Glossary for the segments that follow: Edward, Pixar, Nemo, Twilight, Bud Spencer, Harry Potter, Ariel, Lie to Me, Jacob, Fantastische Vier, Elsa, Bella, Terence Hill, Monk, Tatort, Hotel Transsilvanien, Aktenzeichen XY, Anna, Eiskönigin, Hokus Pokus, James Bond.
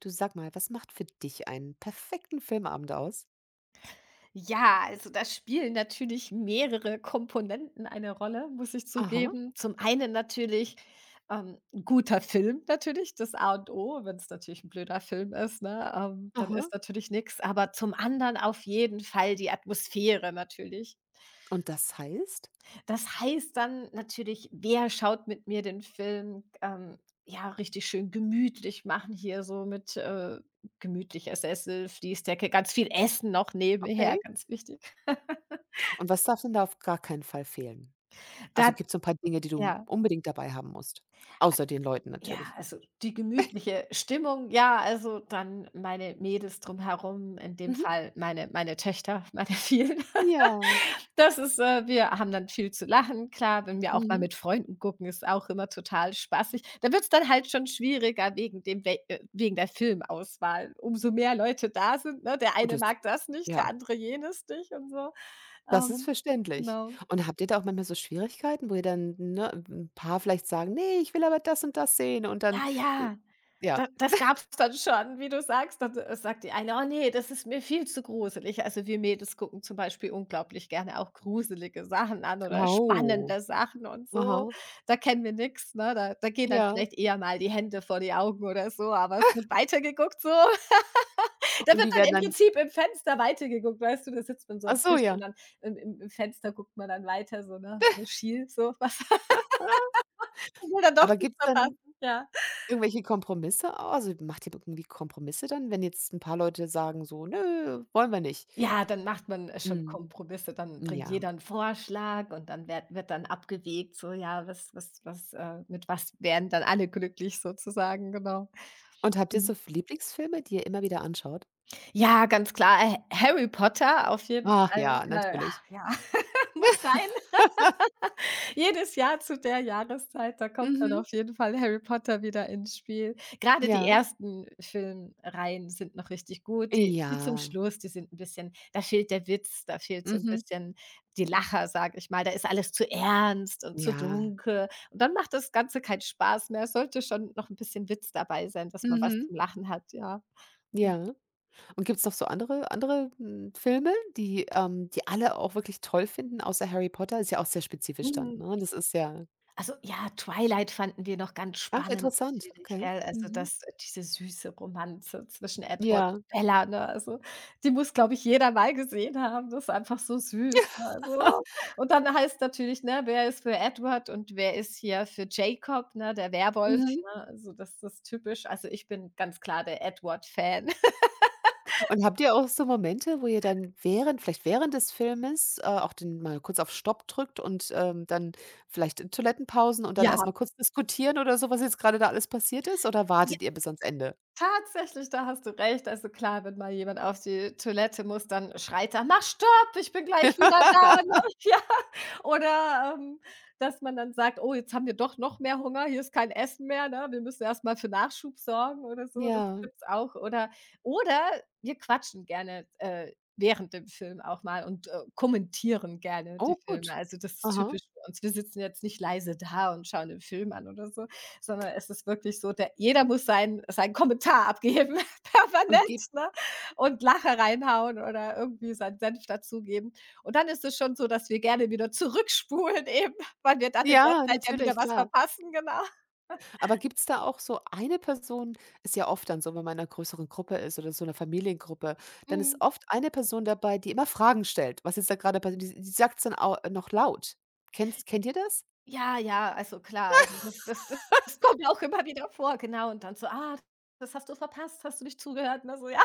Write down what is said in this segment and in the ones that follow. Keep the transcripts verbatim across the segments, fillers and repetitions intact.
Du, sag mal, was macht für dich einen perfekten Filmabend aus? Ja, also da spielen natürlich mehrere Komponenten eine Rolle, muss ich Aha, zugeben. Zum einen natürlich ähm, ein guter Film natürlich, das A und O. Wenn es natürlich ein blöder Film ist, ne, ähm, dann aha. ist natürlich nix. Aber zum anderen auf jeden Fall die Atmosphäre natürlich. Und das heißt? Das heißt dann natürlich: „Wer schaut mit mir den Film?" Ähm, ja, richtig schön gemütlich machen hier so mit, äh, gemütlicher Sessel, Fließdecke, ganz viel Essen noch nebenher, Okay. ganz wichtig. Und was darf denn da auf gar keinen Fall fehlen? Also Da gibt's so 'n paar Dinge, die du Ja, unbedingt dabei haben musst, außer den Leuten ja, natürlich. also die gemütliche Stimmung, ja, also dann meine Mädels drumherum, in dem Mhm. Fall meine meine Töchter, meine vielen. Ja, Das ist äh, Wir haben dann viel zu lachen. Klar, wenn wir auch mal mhm. mit Freunden gucken, ist auch immer total spaßig. Da wird's dann halt schon schwieriger wegen dem we äh, wegen der Filmauswahl. Umso mehr Leute da sind, ne? Der Oh, eine das mag das nicht, ja, der andere jenes nicht und so. das ist Ähm, verständlich. genau. Und habt ihr da auch manchmal so Schwierigkeiten, wo ihr dann, ne 'n paar vielleicht sagen: „Ne, ich will aber das und das sehen“ und dann Ah ja, da ja. das gab's dann schon, wie du sagst. Dann, äh, sagt die eine: „Oh nee, das ist mir viel zu gruselig." Also, wir Mädels gucken zum Beispiel unglaublich gerne auch gruselige Sachen an oder Oh. spannende Sachen und so. Aha. Da kennen wir nichts, ne? Da da gehen dann Ja. vielleicht eher mal die Hände vor die Augen oder so, aber es wird weitergeguckt so. Da Und wird die dann werden im dann Prinzip im Fenster weitergeguckt, weißt du? Da sitzt man so ach am so, Tisch ja. und dann im im im Fenster guckt man dann weiter so, ne, so schiel so. was. Will dann doch Aber nichts gibt's dann verpassen, ja. irgendwelche Kompromisse au also, macht ihr irgendwie Kompromisse dann, wenn jetzt 'n paar Leute sagen so: „Nö, wollen wir nicht?“ Ja, dann macht man, äh, schon Mhm, Kompromisse, dann bringt ja. jeder einen Vorschlag und dann werd wird dann abgewegt, so, ja, was was was, äh mit was werden dann alle glücklich sozusagen, genau. Und habt ihr so Mhm. F Lieblingsfilme, die ihr immer wieder anschaut? Ja, ganz klar, äh, Harry Potter auf jeden Ach Fall, ja, äh, natürlich. ja, muss sein. Jedes Jahr zu der Jahreszeit, da kommt dann Mhm, auf jeden Fall Harry Potter wieder ins Spiel. Grade die ja. ersten Filmreihen sind noch richtig gut. Die, die zum Ja. Schluss, die sind 'n bisschen, da fehlt der Witz, da fehlt so 'n Mhm. bisschen die Lacher, sage ich mal. Da ist alles zu ernst und zu Ja. dunkel und dann macht das Ganze keinen Spaß mehr. Es sollte schon noch 'n bisschen Witz dabei sein, dass man was Mhm. zum Lachen hat, ja. Ja. Und gibt's noch so andere andere, hm, Filme, die ähm, die alle auch wirklich toll finden, außer Harry Potter? Ist ja auch sehr spezifisch dann, Mhm. ne? Das ist ja Also, ja, Twilight fanden wir noch ganz ach, spannend interessant, natürlich, okay. gell? Also, Mhm. das äh, diese süße Romanze zwischen Edward Ja. und Bella, ne? Also, die muss, glaube ich, jeder mal gesehen haben. Das ist einfach so süß, ne? Also, und dann heißt natürlich, ne, wer ist für Edward und wer ist hier für Jacob, ne, der Werwolf, Mhm. ne? Also, das ist typisch. Also, ich bin ganz klar der Edward-Fan. Und habt ihr auch so Momente, wo ihr dann während vielleicht während des Filmes, äh, auch den mal kurz auf Stopp drückt und, ähm, dann vielleicht in Toilettenpausen und dann Ja. erstmal kurz diskutieren oder so, was jetzt gerade da alles passiert ist, oder wartet ihr bis ans Ende? Tatsächlich, da hast du recht. Also klar, wenn mal jemand auf die Toilette muss, dann schreit er: „Mach Stopp, ich bin gleich wieder da", ne? Ja. Oder, ähm, dass man dann sagt: „Oh, jetzt haben wir doch noch mehr Hunger, hier ist kein Essen mehr, ne? Wir müssen erst mal für Nachschub sorgen" oder so, das Ja. gibt's auch. Oder oder wir quatschen gerne, äh, während dem Film auch mal und, äh, kommentieren gerne die Oh, gut. Filme. Also, das ist Aha. typisch für uns. Wir sitzen jetzt nicht leise da und schauen den Film an oder so, sondern es ist wirklich so, der jeder muss seinen seinen Kommentar abgeben, Und permanent, gibt ne? Und Lacher reinhauen oder irgendwie seinen Senf dazugeben. Und dann ist es schon so, dass wir gerne wieder zurückspulen eben, weil wir dann in der ja, Zeit ja wieder natürlich, was klar. verpassen, genau. Aber gibt's da auch so eine Person ist ja oft dann so, wenn man in 'ner größeren Gruppe ist oder so einer Familiengruppe, dann ist Mhm. oft eine Person dabei, die immer Fragen stellt, was jetzt da gerade passiert? die die sagt's dann auch noch laut. Kennt kennt ihr das? Ja, ja, also klar, also das das das das kommt auch immer wieder vor, genau. Und dann so: „Ah, das hast du verpasst, hast du nicht zugehört?" Ne, so, ja,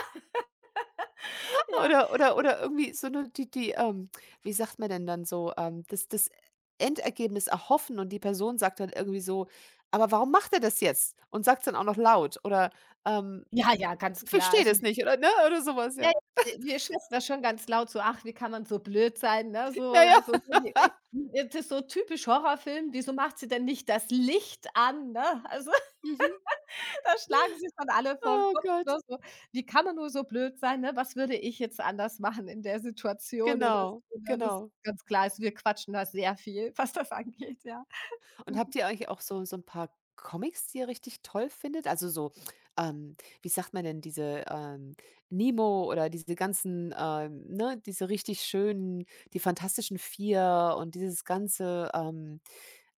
ja. Oder oder oder irgendwie so 'ne die die, ähm wie sagt man denn dann so, ähm, das das Endergebnis erhoffen und die Person sagt dann irgendwie so: „Aber warum macht er das jetzt?“ und sagt's dann auch noch laut oder, ähm: Ja, ja, ganz klar. „Verstehe Also, das nicht“, oder, ne, oder sowas ja, ja. ja, äh, wir schwitzen da schon ganz laut so: „Ach, wie kann man so blöd sein", ne, so Ja, oder ja. so. Das ist so typisch Horrorfilm: „Wieso macht sie denn nicht das Licht an", ne? Also, Mhm. da schlagen sich dann alle vor den Oh Kopf, Gott. ne, so: „Wie kann man nur so blöd sein", ne? „Was würde ich jetzt anders machen in der Situation" oder Genau, so, ne? Das ist genau. ganz klar. Also, wir quatschen da sehr viel, was das angeht, ja. Und Mhm. habt ihr eigentlich auch so so ein paar Comics, die ihr richtig toll findet? Also so, ähm, wie sagt man denn, diese, ähm, Nemo oder diese ganzen, ähm, ne, diese richtig schönen die Fantastischen vier und dieses ganze, ähm,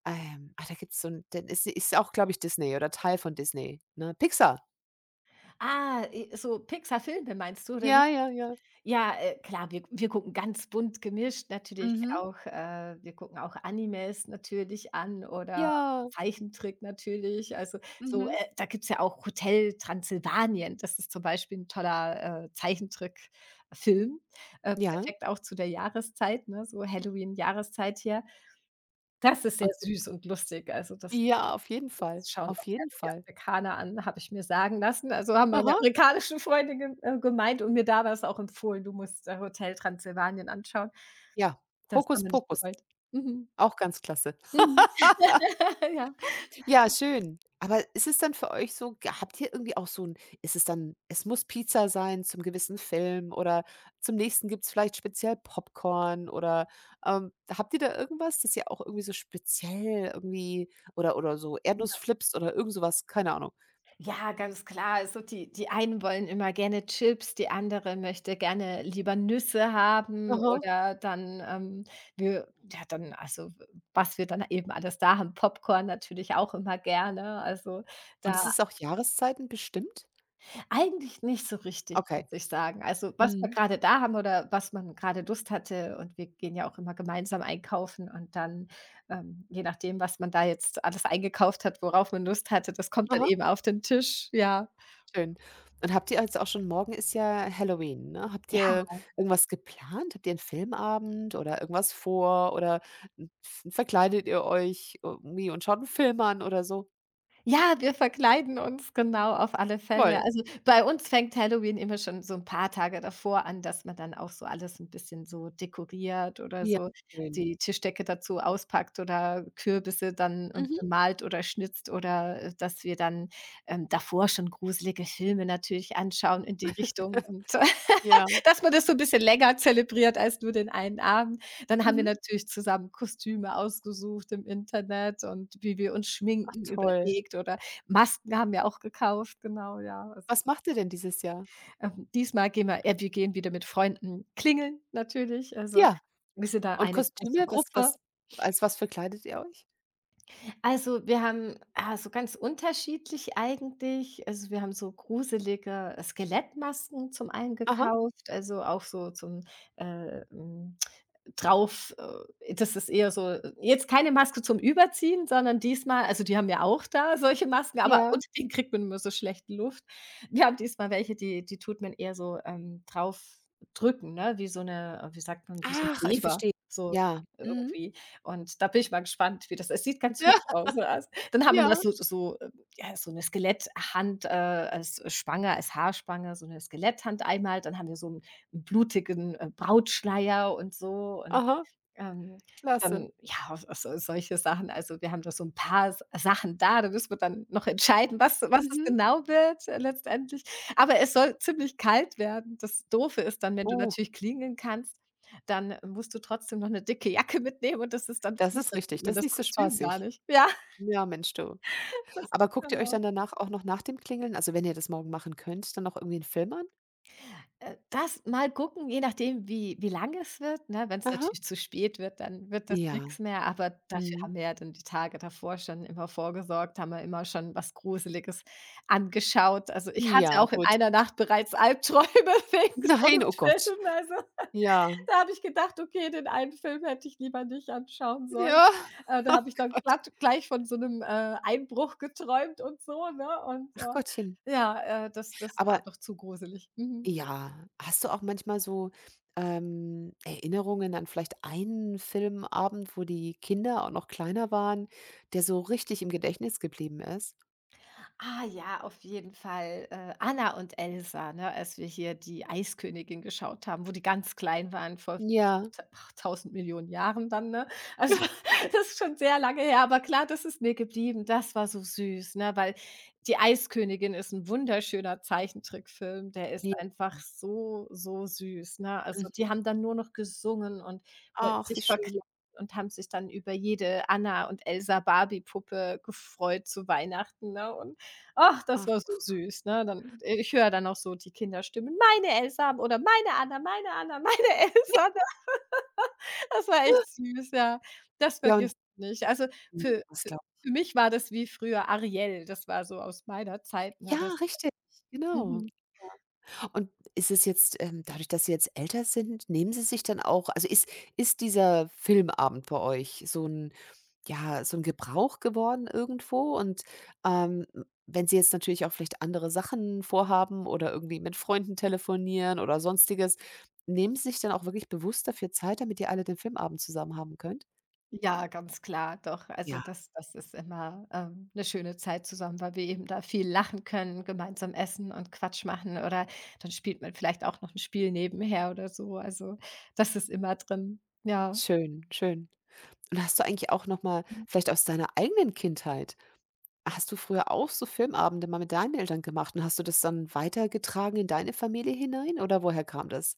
ähm ah, da gibt's so 'n den ist ist auch, glaube ich, Disney oder Teil von Disney, ne? Pixar. Ah, äh, so filme meinst du oder wie? Ja, ja, ja. Ja, äh, klar, wir wir gucken ganz bunt gemischt natürlich Mhm. auch, äh wir gucken auch Animes natürlich an oder Ja. Zeichentrick natürlich. Also, so, äh Mhm. da gibt's ja auch Hotel Transsilvanien. Das ist zum Beispiel ein toller, äh, Zeichentrickfilm, äh, Ja. perfekt auch zu der Jahreszeit, ne, so Halloween-Jahreszeit hier. Das ist sehr Und süß und lustig. Also, das ja, auf jeden Fall. das schauen Auf auch jeden gerne die Fall. Amerikaner an, habe ich mir sagen lassen. Also, haben meine Aha. amerikanischen Freunde ge äh, gemeint und mir damals auch empfohlen: „Du musst, äh, Hotel Transsilvanien anschauen." Ja. Das Hokus haben wir nicht Pokus. bereut. Mhm. Auch ganz klasse. Mhm. Ja. Ja, schön. Aber ist es dann für euch so g habt ihr irgendwie auch so ein? Ist es dann es muss Pizza sein zum gewissen Film oder zum nächsten gibt's vielleicht speziell Popcorn oder, ähm, habt ihr da irgendwas, das ihr auch irgendwie so speziell irgendwie oder oder so Ja. Erdnussflips oder irgend sowas? Keine Ahnung. Ja, ganz klar. Also, die die einen wollen immer gerne Chips, die andere möchte gerne lieber Nüsse haben, Aha. oder dann, ähm, wir, ja, dann also, was wir dann eben alles da haben, Popcorn natürlich auch immer gerne. Also, Und da ist es auch Jahreszeiten bestimmt? eigentlich nicht so richtig, Okay. muss ich sagen. Also, was wir Mhm. gerade da haben oder was man gerade Lust hatte, und wir gehen ja auch immer gemeinsam einkaufen und dann, ähm, je nachdem, was man da jetzt alles eingekauft hat, worauf man Lust hatte, das kommt dann Aha. eben auf den Tisch, ja. Schön. Und habt ihr jetzt auch schon morgen ist ja Halloween, ne? Habt Ja, ihr irgendwas geplant? Habt ihr einen Filmabend oder irgendwas vor oder n f verkleidet ihr euch irgendwie und schaut 'n Film an oder so? ja, wir verkleiden uns, genau, auf alle Fälle. Toll. Also, bei uns fängt Halloween immer schon so ein paar Tage davor an, dass man dann auch so alles ein bisschen so dekoriert oder Ja, so schön. die Tischdecke dazu auspackt oder Kürbisse dann, äh, Mhm. bemalt oder schnitzt oder, äh, dass wir dann, ähm, davor schon gruselige Filme natürlich anschauen in die Richtung und Ja. dass man das so ein bisschen länger zelebriert als nur den einen Abend. Dann haben wir Mhm. natürlich zusammen Kostüme ausgesucht im Internet und wie wir uns Ach schminken toll. überlegt oder Masken haben wir auch gekauft, genau, ja. Also, Was macht ihr denn dieses Jahr? ähm, diesmal gehen wir äh, wir gehen wieder mit Freunden klingeln natürlich, also Ja. wir sind da Und eine große Kostüme, was Gruppe. was als was verkleidet ihr euch? Also, wir haben, ah, so ganz unterschiedlich eigentlich. Also, wir haben so gruselige Skelettmasken zum einen Aha. gekauft, also auch so zum, äh, hm drauf, äh, das ist eher so jetzt keine Maske zum Überziehen, sondern diesmal, also, die haben ja auch da solche Masken, aber Ja. unter denen kriegt man immer so schlechte Luft. Wir haben diesmal welche, die die tut man eher so, ähm, draufdrücken, ne, wie so 'ne wie sagt man, wie so ein Ach, ich Kleber, verstehe. so Ja. Mhm. irgendwie. Und da bin ich mal gespannt, wie das, es sieht ganz hübsch aus. Ja. Ja, Dann haben wir da ja. so so, ähm, ja, so eine Skeletthand, äh, als Spange, als Haarspange, so eine Skeletthand einmal, dann haben wir so blutigen, äh, Brautschleier und so und, Aha. ähm, Klasse. dann, ja, so so, solche Sachen. Also, wir haben da so ein paar S Sachen da, da müssen wir dann noch entscheiden, was was es Mhm. genau wird, äh, letztendlich. Aber es soll ziemlich kalt werden. Das Doofe ist dann, wenn du Oh, natürlich klingeln kannst, dann musst du trotzdem noch eine dicke Jacke mitnehmen und das ist dann das fies, ist dann richtig. sieht man Das ist das nicht so Kostüm gar spaßig. nicht. Ja, Ja, Mensch du. das Aber guckt ihr euch genau. dann danach auch noch nach dem Klingeln also, wenn ihr das morgen machen könnt, dann auch irgendwie 'n Film an? Äh, das mal gucken, je nachdem, wie wie lang es wird, ne? Wenn es Aha. natürlich zu spät wird, dann wird das Ja, nichts mehr, aber dafür mhm. haben wir ja dann die Tage davor schon immer vorgesorgt, haben wir immer schon was Gruseliges angeschaut. Also, ich hatte Ja, auch in gut. einer Nacht bereits Albträume wegen so Nein, einem oh Gott. Film. Also, Ja. da habe ich gedacht: „Okay, den einen Film hätte ich lieber nicht anschauen sollen." Ja. Äh, da Oh habe ich dann Gott. glatt gleich von so einem äh, Einbruch geträumt und so, ne? Und, Ach Gottchen. äh, ja, äh, das das war Aber doch zu gruselig. Mhm. ja, hast du auch manchmal so, ähm, Erinnerungen an vielleicht einen Filmabend, wo die Kinder auch noch kleiner waren, der so richtig im Gedächtnis geblieben ist? Ah ja, auf jeden Fall, äh, Anna und Elsa, ne, als wir hier die Eiskönigin geschaut haben, wo die ganz klein waren vor Ja. t ach, tausend Millionen Jahren dann, ne? Ja, Also, das ist schon sehr lange her, aber klar, das ist mir geblieben. Das war so süß, ne, weil die Eiskönigin ist ein wunderschöner Zeichentrickfilm. Der ist einfach so, so süß, ne? Also, mhm. die haben dann nur noch gesungen und wollten Ach, wie sich schön. verkleiden und haben sich dann über jede Anna und Elsa Barbie-Puppe gefreut zu Weihnachten, ne? Und ach, das Ach, war so süß, ne? Dann, äh, ich höre dann auch so die Kinderstimmen: „Meine Elsa" oder „Meine Anna, meine Anna, meine Elsa", ne? Das war echt süß, ja. Das ja und vergisst man nicht. Also, mhm, für das für glaube für mich war das wie früher Ariel. Das war so aus meiner Zeit, ne? ja, Das richtig, genau. mhm. Und ist es jetzt ähm, dadurch, dass Sie jetzt älter sind, nehmen Sie sich dann auch also, ist ist dieser Filmabend bei euch so ein, ja, so ein Gebrauch geworden irgendwo? Und, ähm, wenn Sie jetzt natürlich auch vielleicht andere Sachen vorhaben oder irgendwie mit Freunden telefonieren oder Sonstiges, nehmen Sie sich dann auch wirklich bewusst dafür Zeit, damit ihr alle den Filmabend zusammen haben könnt? Ja, ganz klar, doch. Also, Ja, das das ist immer, ähm, 'ne schöne Zeit zusammen, weil wir eben da viel lachen können, gemeinsam essen und Quatsch machen, oder dann spielt man vielleicht auch noch 'n Spiel nebenher oder so. Also, das ist immer drin, ja. schön, schön. Und hast du eigentlich auch noch mal vielleicht aus deiner eigenen Kindheit hast du früher auch so Filmabende mal mit deinen Eltern gemacht und hast du das dann weitergetragen in deine Familie hinein oder woher kam das?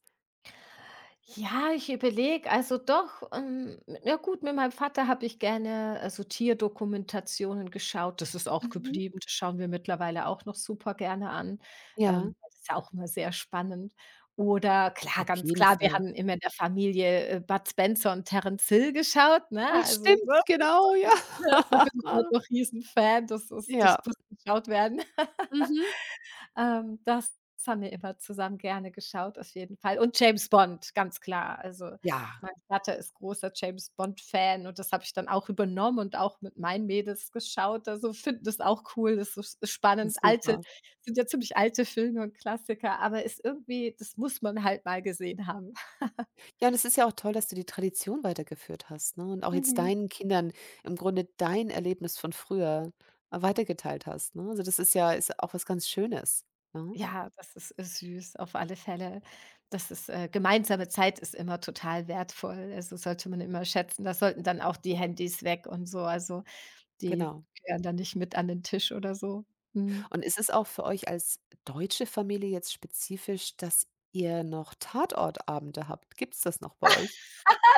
Ja, ich überlege, also doch, ähm, ja, gut, mit meinem Vater habe ich gerne, äh, so Tierdokumentationen geschaut. Das ist auch Mhm. geblieben. Das schauen wir mittlerweile auch noch super gerne an. Ja, Ähm, das ist ja auch immer sehr spannend. Oder klar, auf ganz jeden klar, wir Fall. haben immer in der Familie, äh, Bud Spencer und Terence Hill geschaut, ne? Ah, Also, ne. stimmt, das ist genau, ja. äh, Da bin ich heute noch Riesenfan, das ist, Ja, das muss geschaut werden. mhm. Ähm, das haben wir immer zusammen gerne geschaut, auf jeden Fall. Und James Bond, ganz klar. Also, Ja, mein Vater ist großer James Bond-Fan und das habe ich dann auch übernommen und auch mit meinen Mädels geschaut. Also, finden das auch cool, das ist so das spannend. ist Alte super. sind ja ziemlich alte Filme und Klassiker, aber ist irgendwie, das muss man halt mal gesehen haben. Ja, und es ist ja auch toll, dass du die Tradition weitergeführt hast, ne, und auch jetzt Mhm. deinen Kindern im Grunde dein Erlebnis von früher, äh, weitergeteilt hast, ne? Also, das ist ja ist auch was ganz Schönes, ne? Ja, das ist, äh, süß, auf alle Fälle. Das ist äh, Gemeinsame Zeit ist immer total wertvoll. Also, sollte man immer schätzen. Da sollten dann auch die Handys weg und so. Also, die Genau. gehören dann nicht mit an den Tisch oder so. Mhm. Und ist es auch für euch als deutsche Familie jetzt spezifisch, dass ihr noch Tatortabende habt? Gibt's das noch bei euch?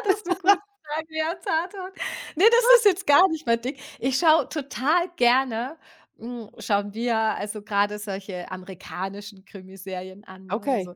Das ist 'ne gute Frage, ja, Tatort. Ne, das ist jetzt gar nicht mein Ding. Ich schaue total gerne, hm, schauen wir also grade solche amerikanischen Krimiserien an, ne? Okay. Also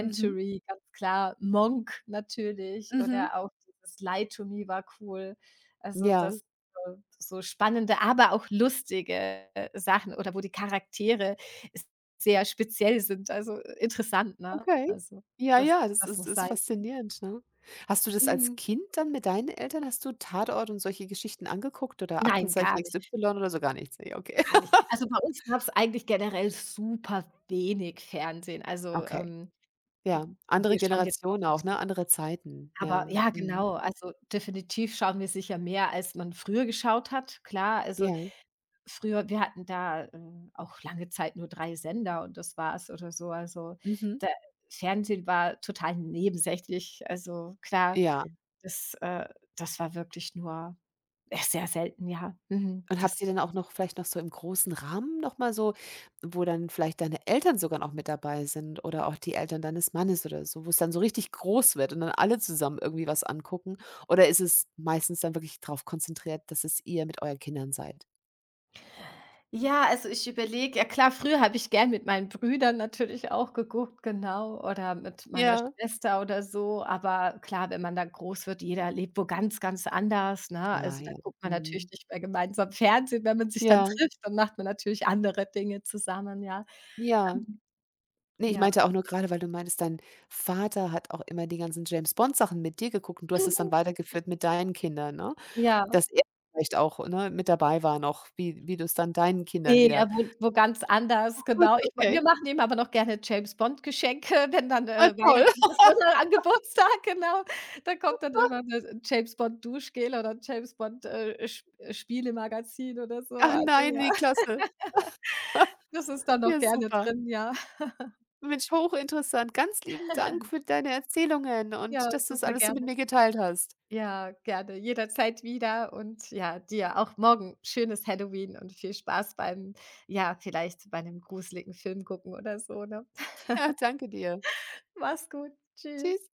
Mhm. ganz klar, „Monk" natürlich Mhm. oder auch dieses „Lie to Me" war cool. Also Ja, das, so so spannende, aber auch lustige, äh, Sachen, oder wo die Charaktere s sehr speziell sind, also interessant, ne? okay. Also Ja, das ja, das das ist muss ist sein. faszinierend, ne? Hast du das als Mhm. Kind dann mit deinen Eltern hast du Tatort und solche Geschichten angeguckt oder Nein, Aktenzeichen gar nicht. X Y oder so gar nichts? Ne, okay. Gar nicht. Also, bei uns gab's eigentlich generell super wenig Fernsehen. Also, Okay, ähm, ja. Andere wir schauen jetzt auch Generation auch, nicht so, ne? Andere Zeiten. Ja. aber ja, Mhm. genau. Also, definitiv schauen wir sicher mehr, als man früher geschaut hat, klar. Also, Ja. früher wir hatten da, ähm, auch lange Zeit nur drei Sender und das war's oder so. Also, Mhm. da Fernsehen war total nebensächlich. Also, klar, Ja. das äh, das war wirklich nur, äh, sehr selten, ja. Mhm. Und habt Das ihr dann auch noch vielleicht noch so im großen Rahmen noch mal so wo dann vielleicht deine Eltern sogar noch mit dabei sind oder auch die Eltern deines Mannes oder so, wo es dann so richtig groß wird und dann alle zusammen irgendwie was angucken? Oder ist es meistens dann wirklich darauf konzentriert, dass es ihr mit euren Kindern seid? Ja, also ich überlege, ja klar, früher habe ich gern mit meinen Brüdern natürlich auch geguckt, genau, oder mit meiner Ja. Schwester oder so. Aber klar, wenn man dann groß wird, jeder lebt wo ganz, ganz anders, ne? Ah Also, da ja, guckt man natürlich mhm. nicht mehr gemeinsam Fernsehen. Wenn man sich dann Ja, trifft, dann macht man natürlich andere Dinge zusammen, ja. ja. Ähm, Ne, ich ja. meinte auch nur gerade, weil du meintest, dein Vater hat auch immer die ganzen James-Bond-Sachen mit dir geguckt und du hast es dann Mhm. weitergeführt mit deinen Kindern, ne? Ja. Dass er vielleicht auch, ne, mit dabei war noch, wie wie du's dann deinen Kindern Ne, wieder er wohnt wo ganz anders, gut, genau. Ich ma okay. wir machen ihm aber noch gerne James-Bond-Geschenke, wenn dann, Ah, äh, toll. Weihnachten ist oder an Geburtstag, genau. Da kommt dann immer 'ne James-Bond-Duschgel oder 'n James-Bond, äh, Sp Spielemagazin oder so. Ach Also, nein, wie ja, klasse. das ist dann noch Ja, gerne super. drin, ja. Mensch, hochinteressant. Ganz lieben Dank für deine Erzählungen Ja, und dass du's super alles so mit gerne. mir geteilt hast. Ja, gerne, jederzeit wieder, und ja, dir auch morgen schönes Halloween und viel Spaß beim, ja, vielleicht bei 'nem gruseligen Film gucken oder so, ne? Ja, danke dir. Mach's gut. Tschüss. Tschüss.